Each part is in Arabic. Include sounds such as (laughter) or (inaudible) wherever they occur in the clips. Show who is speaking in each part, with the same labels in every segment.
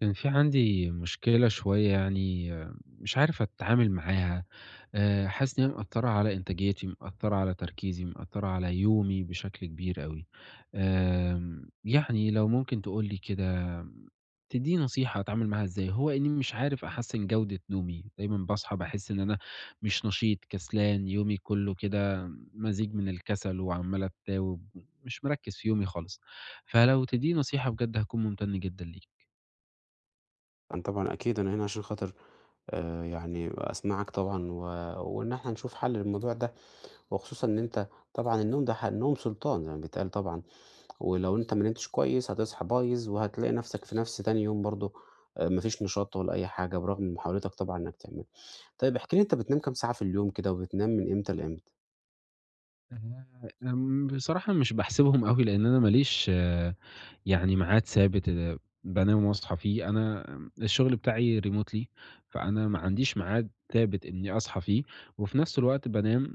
Speaker 1: كان في عندي مشكلة شوية يعني مش عارف أتعامل معاها حاسس إن هي مأثّرة على إنتاجيتي، مأثّرة على تركيزي، مأثّرة على يومي بشكل كبير أوي. يعني لو ممكن تقول لي كده تدّيني نصيحة أتعامل معاها إزاي؟ هو إني مش عارف أحسّن جودة نومي، دايمًا باصحى باحس إن أنا مش نشيط، كسلان، يومي كُلّه كده مزيج من الكسل وعمّال أتاوب، مش مركّز في يومي خالص. فلو تدّيني نصيحة بجد هاكون ممتن جدًا ليكِ.
Speaker 2: طبعًا، طبعًا أكيد أنا هنا عشان خاطر يعني أسمعك طبعًا و وإن إحنا نشوف حل للموضوع ده، وخصوصًا إن أنت طبعًا النوم ده النوم سلطان زي ما بيتقال طبعًا، ولو أنت ما نمتش كويس هتصحى بايظ وهتلاقي نفسك في نفس تاني يوم برضه ما فيش نشاط ولا أي حاجة برغم محاولتك طبعًا إنك تعملها. طيب احكِ لي أنت بتنام كام ساعة في اليوم كده وبتنام من إمتى لإمتى؟
Speaker 1: آمم، بصراحة مش باحسبهم أوي، لإن أنا ما ليش يعني ميعاد ثابت بانام واصحى فيه، أنا الشغل بتاعي remotely فأنا ما عنديش ميعاد ثابت إني أصحى فيه، وفي نفس الوقت بانام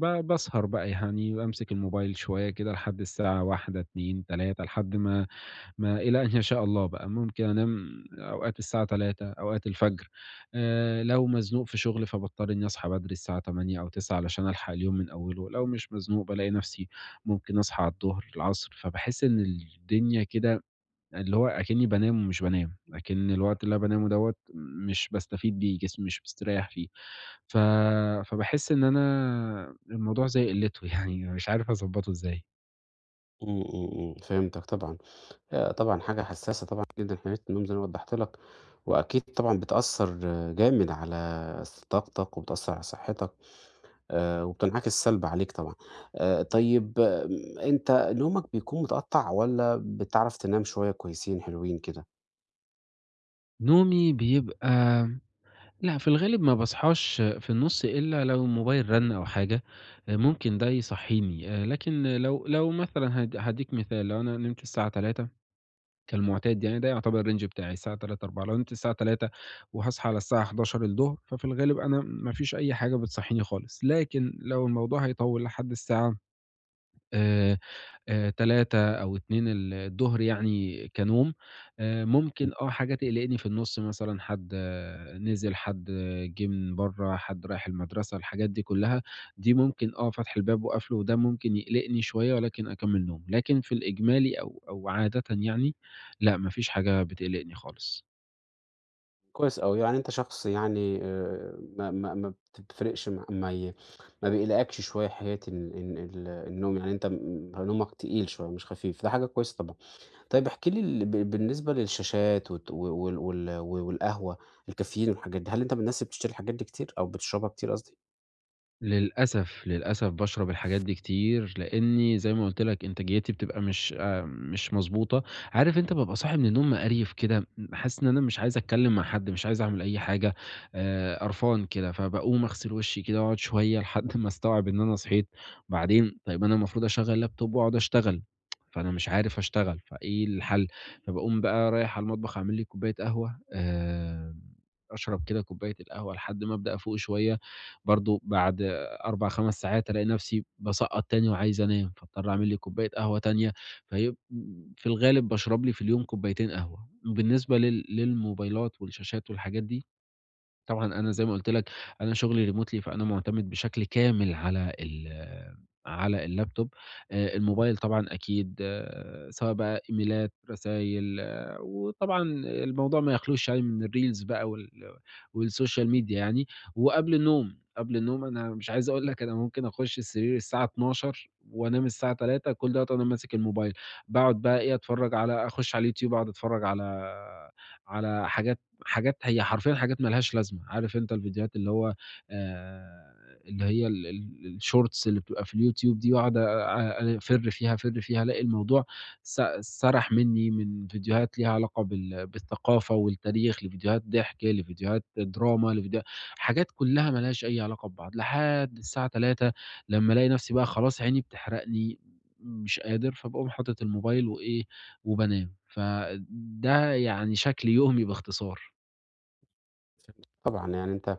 Speaker 1: باسهر بقى يعني، بامسك الموبايل شوية كده لحد الساعة 01:00، 02:00، 03:00 لحد ما إلى أن يشاء الله بقى، ممكن أنام أوقات الساعة 03:00 أوقات الفجر. لو مزنوق في شغل فباضطر إني أصحى بدري الساعة 08:00 أو 09:00 علشان ألحق اليوم من أوله، لو مش مزنوق بالاقي نفسي ممكن أصحى على الضهر، العصر، فباحس إن الدنيا كده اللي هو أكني بانام ومش بانام، أكن الوقت اللي أنا بانامه دوّة مش باستفيد بيه، جسمي مش مستريح فيه، ف فباحس إن أنا الموضوع زي قِلته (laughs) يعني مش عارف أضبّطه إزاي.
Speaker 2: إمم، إمم، إمم، فهمتك طبعًا. لأ طبعًا حاجة حساسة طبعًا جدًا حماية النوم زي ما وضّحت لك، وأكيد طبعًا بتأثّر آه، جامد على طاقتك وبتأثّر على صحتك وبتنعكس سلب عليك طبعًا. طيب أنت نومك بيكون متقطّع والّا بتعرف تنام شوية كويسين حلوين كده؟
Speaker 1: نومي بيبقى لأ، في الغالب ما باصحاش في النُص إلا لو الموبايل رَن أو حاجة، ممكن ده يصحّيني. لكن لو مثلًا هادّيك مثال، لو أنا نمت الساعة 03:00 كالمُعتاد يعني، ده يعتبر الrange بتاعي الساعة 03:00، 04:00. لو نمت الساعة 03:00 وهاصحى على الساعة 11:00 ففي الغالب أنا ما فيش أي حاجة بتصحّيني خالص، لكن لو الموضوع هيطوِّل لحد الساعة آآ 15:00 أو 14:00 الضهر يعني كنوم،
Speaker 2: إمم.
Speaker 1: ممكن حاجة تقلقني في النُص، مثلًا حد نزل، حد جِه من برّه، حد رايح المدرسة، الحاجات دي كلّها، دي ممكن فاتح الباب وقافله وده ممكن يقلقني شوية ولكن أكمّل نوم. لكن في الإجمالي أو عادةً يعني لأ، ما فيش حاجة بتقلقني خالص.
Speaker 2: كويس أوي، يعني أنت شخص يعني ما ما ما بتفرقش مع ما ي ما بيقلقكش شوية حكاية ال ال ال النوم، يعني أنت م نومك تقيل شوية مش خفيف، ده حاجة كويسة طبعًا. طيب احكِ لي ال ب بالنسبة للشاشات وت و وال وال والقهوة، الكافيين والحاجات دي، هل أنت من الناس اللي بتشتري الحاجات دي كتير أو بتشربها كتير قصدي؟
Speaker 1: للأسف، للأسف باشرب الحاجات دي كتير، لإني زي ما قُلت لك إنتاجيتي بتبقى مش مضبوطة. عارف أنت بابقى صاحي من النوم مقريف كده، حاسس إن أنا مش عايز أتكلم مع حد، مش عايز أعمل أي حاجة، قرفان كده، فباقوم أغسل وشي كده وأقعد شوية لحد ما أستوعب إن أنا صحيت، وبعدين طيب أنا المفروض أشغّل لابتوب وأقعد أشتغل، فأنا مش عارف أشتغل، فإيه الحل؟ فباقوم بقى رايح على المطبخ أعمل لي كوباية قهوة، أشرب كده كوباية القهوة لحد ما أبدأ أفوق شوية، برضه بعد 4، 5 ساعات ألاقي نفسي باسقّط تاني وعايز أنام، فاضطر أعمل لي كوباية قهوة تانية. فيب في الغالب باشرب لي في اليوم كوبايتين قهوة. بالنسبة للموبايلات والشاشات والحاجات دي طبعًا أنا زي ما قُلت لك، أنا شغلي remotely فأنا معتمد بشكل كامل على اللابتوب. الموبايل طبعًا أكيد سواء بقى إيميلات، رسايل، وطبعًا الموضوع ما يخلوش يعني من الreels بقى والسوشيال ميديا يعني. وقبل النوم، قبل النوم أنا مش عايز أقول لك أنا ممكن أخش السرير الساعة 12:00 وأنام الساعة 03:00 كل دوّة وأنا ماسك الموبايل، باقعد بقى إيه أتفرّج على أخش على اليوتيوب أقعد أتفرّج على حاجات هي حرفيًا حاجات ما لهاش لازمة. عارف أنت الفيديوهات اللي هو آآ، اللي هي ال ال الshorts اللي بتبقى في اليوتيوب دي، واقعد أفِر فيها، أفِر فيها، ألاقي الموضوع سَرَح منّي من فيديوهات ليها علاقة بالثقافة والتاريخ، لفيديوهات ضحك، لفيديوهات دراما، حاجات كلّها ما لهاش أي علاقة ببعض، لحد الساعة 15:00 لمّا ألاقي نفسي بقى خلاص عيني بتحرقني، مش قادر، فباقوم حاطط الموبايل وإيه، وبانام. فده يعني شكل يومي باختصار.
Speaker 2: فهمت طبعًا يعني أنت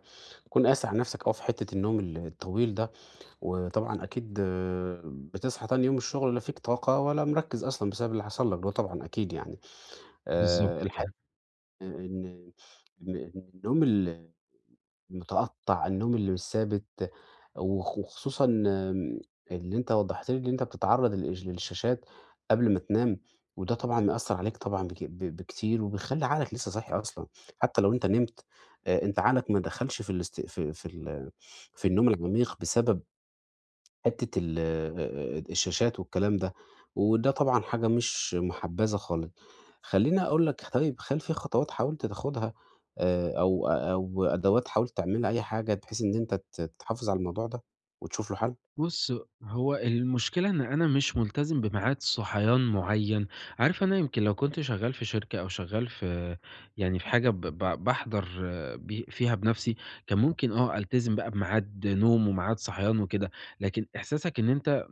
Speaker 2: كون قاسي على نَفْسك أوي في حتّة النوم الطويل ده، وطبعًا أكيد آه، بتصحى تاني يوم الشغل لا فيك طاقة ولا مركّز أصلًا بسبب اللي حصل لك ده طبعًا أكيد يعني،
Speaker 1: بالضبط
Speaker 2: الحقيقة
Speaker 1: كده.
Speaker 2: إن إن النوم متقطّع، النوم اللي مش ثابت، وخصوصًا اللي أنت وضّحت لي اللي أنت بتتعرّض للشاشات قبل ما تنام، وده طبعًا مأثّر عليك طبعًا بك ب بكتير، وبيخلّي عقلك لسه صاحي أصلًا، حتى لو أنت نمت أنت عقلك ما دخلش في الاست في في ال في النوم العميق بسبب حتّة ال الشاشات والكلام ده، وده طبعًا حاجة مش مُحبذا خالص. خلّيني أقول لك طيب هل في خطوات حاولت تاخدها أو أدوات حاولت تعملها أي حاجة بحيث إن أنت تحافظ على الموضوع ده وتشوف له حل؟
Speaker 1: بُص، هو المشكلة إن أنا مش ملتزم بميعاد صحيان معيّن. عارف، أنا يمكن لو كنت شغّال في شركة أو شغّال في يعني في حاجة ب ب باحضر فيها بنَفْسي، كان ممكن ألتزم بقى بميعاد نوم وميعاد صحيان وكده، لكن إحساسك إن أنت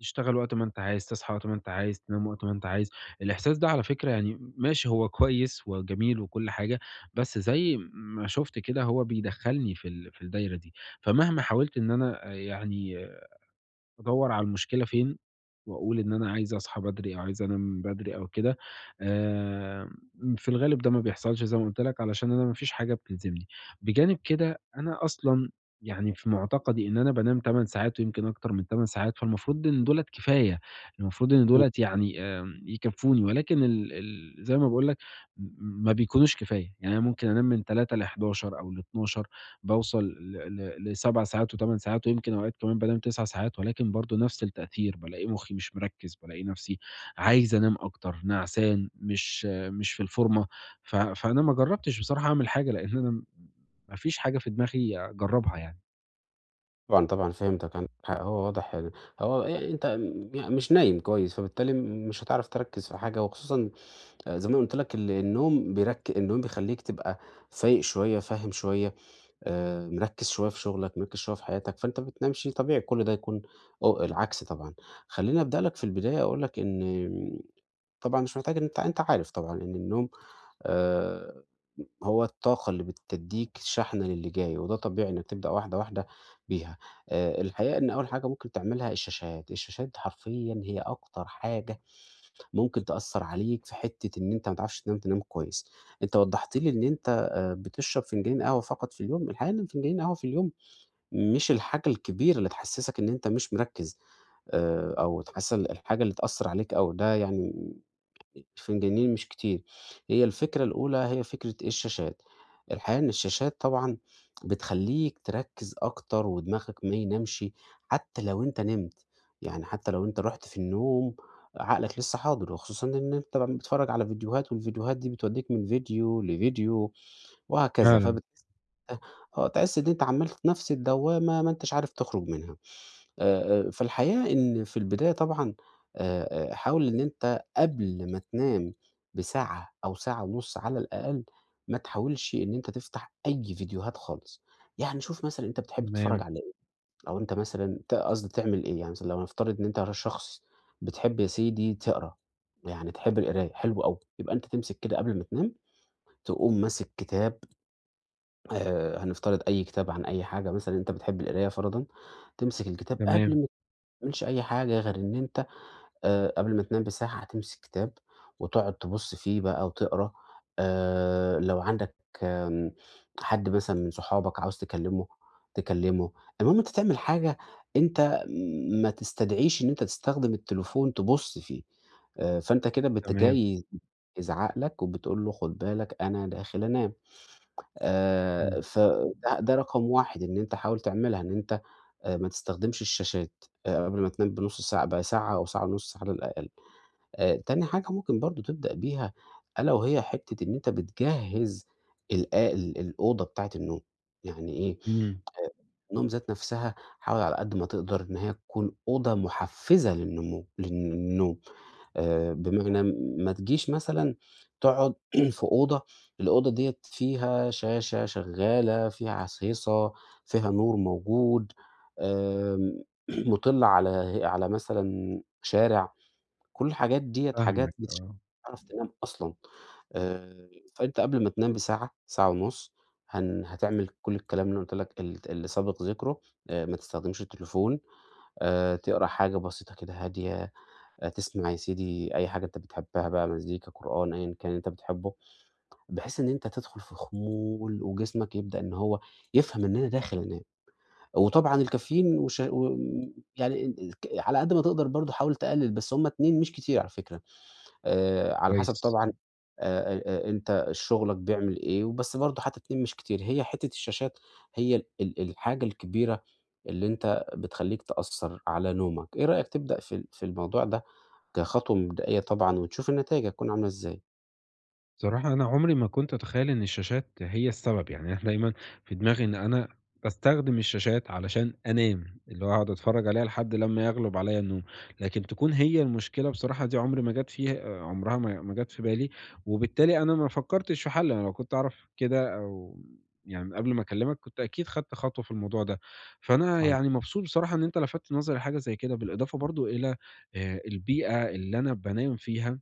Speaker 1: تشتغل وقت ما أنت عايز، تصحى وقت ما أنت عايز، تنام وقت ما أنت عايز، الإحساس ده على فكرة يعني ماشي، هو كويس وجميل وكل حاجة، بس زي ما شُفت كده هو بيدخّلني في الدايرة دي. فمهما حاولت إن أنا يعني أدوّر على المشكلة فين، وأقول إن أنا عايز أصحى بدري أو عايز أنام بدري أو كده، في الغالب ده ما بيحصلش زي ما قُلت لك علشان أنا ما فيش حاجة بتلزمني. بجانب كده أنا أصلًا يعني في معتقدي إن أنا بانام 8 ساعات ويمكن أكتر من 8 ساعات، فالمفروض إن دُولة كفاية، المفروض إن
Speaker 2: إمم،
Speaker 1: دُولة يعني يكفّوني، ولكن ال ال زي ما باقول لك م ما بيكونوش كفاية. يعني أنا ممكن أنام من 03:00 ل11:00 أو ل12:00، باوصل ل ل ل7 ساعات و8 ساعات ويمكن أوقات كمان بانام 9 ساعات، ولكن برضه نفس التأثير، بالاقي مخي مش مركّز، بالاقي نفسي عايز أنام أكتر، نعسان، مش في الفورمة. فأنا ما جرّبتش بصراحة أعمل حاجة، لإن أنا ما فيش حاجة في دماغي أجرّبها يعني.
Speaker 2: طبعًا، طبعًا فهمتك، عندك حق، هو واضح يعني هو يعني أنت م يعني مش نايم كويس، فبالتالي مش هتعرف تركّز في حاجة وخصوصًا آه، زي ما أنا قُلت لك ال النوم بيرك النوم بيخلّيك تبقى فايق شوية، فاهم شوية. مركّز شوية في شغلك، مركّز شوية في حياتك، فأنت بتنامش طبيعي كل ده يكون أو العكس طبعًا. خلّيني أبدأ لك في البداية أقول لك إن طبعًا مش محتاج إن أنت عارف طبعًا إن النوم آآ هو الطاقة اللي بتدّيك شحنة للي جاي، وده طبيعي إنّك تبدأ واحدة، واحدة بيها. الحقيقة إن أول حاجة ممكن تعملها الشاشات، الشاشات حرفيًا هي أكتر حاجة ممكن تأثّر عليك في حتّة إن أنت ما تعرفش تنام، تنام كويس. أنت وضّحت لي إن أنت بتشرب فنجانين قهوة فقط في اليوم، الحقيقة إن فنجانين قهوة في اليوم مش الحاجة الكبيرة اللي تحسسك إن أنت مش مركّز، أو تحس الحاجة اللي تأثّر عليك أوي، ده يعني فنجانين مش كتير. هي الفكرة الأولى هي فكرة إيه الشاشات، الحقيقة إن الشاشات طبعًا بتخلّيك تركّز أكتر ودماغك ما ينامش حتى لو أنت نمت، يعني حتى لو أنت رُحت في النوم عقلك لسه حاضر، وخصوصًا إن أنت بتتفرّج على فيديوهات والفيديوهات دي بتودّيك من فيديو لفيديو وهكذا،
Speaker 1: فعلًا.
Speaker 2: آه، تحس إن أنت عمّال في نفس الدوّامة ما أنتش عارف تخرج منها. فالحقيقة إن في البداية طبعًا حاول إن أنت قبل ما تنام بساعة أو ساعة ونُص على الأقل، ما تحاولش إن أنت تفتح أي فيديوهات خالص. يعني شوف مثلًا أنت بتحب
Speaker 1: تمام،
Speaker 2: تتفرّج على إيه، أو أنت مثلًا قصدي تعمل إيه، يعني مثلًا لو هنفترض إن أنت شخص بتحب يا سيدي تقرا، يعني تحب القراية، حلو أوي، يبقى أنت تمسك كده قبل ما تنام، تقوم ماسك كتاب هنفترض أي كتاب عن أي حاجة مثلًا أنت بتحب القراية فرضًا، تمسك الكتاب قبل
Speaker 1: تمام،
Speaker 2: ما تعملش أي حاجة غير إن أنت قبل ما تنام بساعة هتمسك كتاب وتقعد تبُص فيه بقى وتقرا، لو عندك آمم حد مثلًا من صحابك عاوز تكلمه، تكلمه، المهم أنت تعمل حاجة أنت ما تستدعيش إن أنت تستخدم التليفون تبُص فيه، فأنت كده
Speaker 1: تمام.
Speaker 2: بتجهز عقلك وبتقول له خد بالك أنا داخل أنام.
Speaker 1: إمم،
Speaker 2: فده ده رقم 1 إن أنت حاول تعملها، إن أنت ما تستخدمش الشاشات قبل ما تنام بنُص ساعة بساعة أو ساعة ونُص على الأقل. تاني حاجة ممكن برضه تبدأ بيها ألا وهي حتّة إن أنت بتجهّز الأوضة بتاعة النوم. يعني إيه،
Speaker 1: إمم.
Speaker 2: النوم ذات نَفْسها حاول على قد ما تقدر إن هي تكون أوضة مُحفّزة للنمو للن للنوم. بمعنى ما تجيش مثلًا تقعد (clears throat) في الأوضة ديّة فيها شاشة شغّالة، فيها عصيصة، فيها نور موجود، آمم (clears throat) مُطِلّة على مثلًا شارع، كل الحاجات ديّة
Speaker 1: فاهمك،
Speaker 2: حاجات
Speaker 1: آه.
Speaker 2: تعرف تنام أصلًا. آآ فأنت قبل ما تنام بساعة، ساعة ونُص هتعمل كل الكلام اللي أنا قُلت لك اللي سَبَق ذِكره، ما تستخدمش التليفون، تقرا حاجة بسيطة كده هادية. تسمع يا سيدي أي حاجة أنت بتحبها بقى مزيكا، قرآن، أيًا كان أنت بتحبه، بحيث إن أنت تدخل في خمول وجسمك يبدأ إن هو يفهم إن أنا داخل أنام. وطبعًا الكافيين وش وم يعني ال ك على قد ما تقدر برضه حاول تقلل، بس هم 2 مش كتير على فكرة، على حسب
Speaker 1: كويس.
Speaker 2: طبعًا أنت شغلك بيعمل إيه، وبس برضه حتى 2 مش كتير. هي حتة الشاشات هي ال ال الحاجة الكبيرة اللي أنت بتخلّيك تأثّر على نومك. إيه رأيك تبدأ في في الموضوع ده؟ كخطوة مبدئية طبعًا وتشوف النتايج هتكون عاملة إزاي.
Speaker 1: بصراحة أنا عمري ما كنت أتخيل إن الشاشات هي السبب، يعني أنا دايمًا في دماغي إن أنا باستخدم الشاشات علشان أنام، اللي هو أقعد أتفرج عليها لحد لمّا يغلب عليَّ النوم، لكن تكون هي المشكلة بصراحة دي عمري ما جات فيها عمرها ما جات في بالي، وبالتالي أنا ما فكرتش في حل. أنا لو كنت أعرف كده أو يعني من قبل ما أكلمك كنت أكيد خدت خطوة في الموضوع ده، فأنا يعني
Speaker 2: صحيح.
Speaker 1: مبسوط بصراحة إن أنت لفتت نظري لحاجة زي كده، بالإضافة برضه إلى البيئة اللي أنا بانام فيها.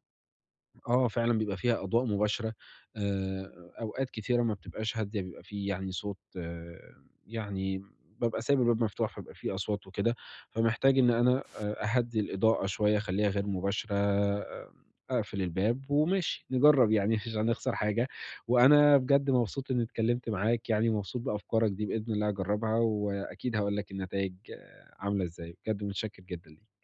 Speaker 1: آه، فعلًا بيبقى فيها أضواء مباشرة، أوقات كتيرة ما بتبقاش هادية، بيبقى في يعني صوت يعني بابقى سايب الباب مفتوح، فبيبقى في أصوات وكده. فمحتاج إن أنا أهدّي الإضاءة شوية، أخلّيها غير مباشرة، أقفل الباب وماشي نجرّب يعني (laughs) مش هنخسر حاجة. وأنا بجد مبسوط إني اتكلّمت معاك يعني، ومبسوط بأفكارك دي، بإذن الله هاجرّبها وأكيد هاقول لك النتايج عاملة إزاي. بجد متشكّر جدًا ليك.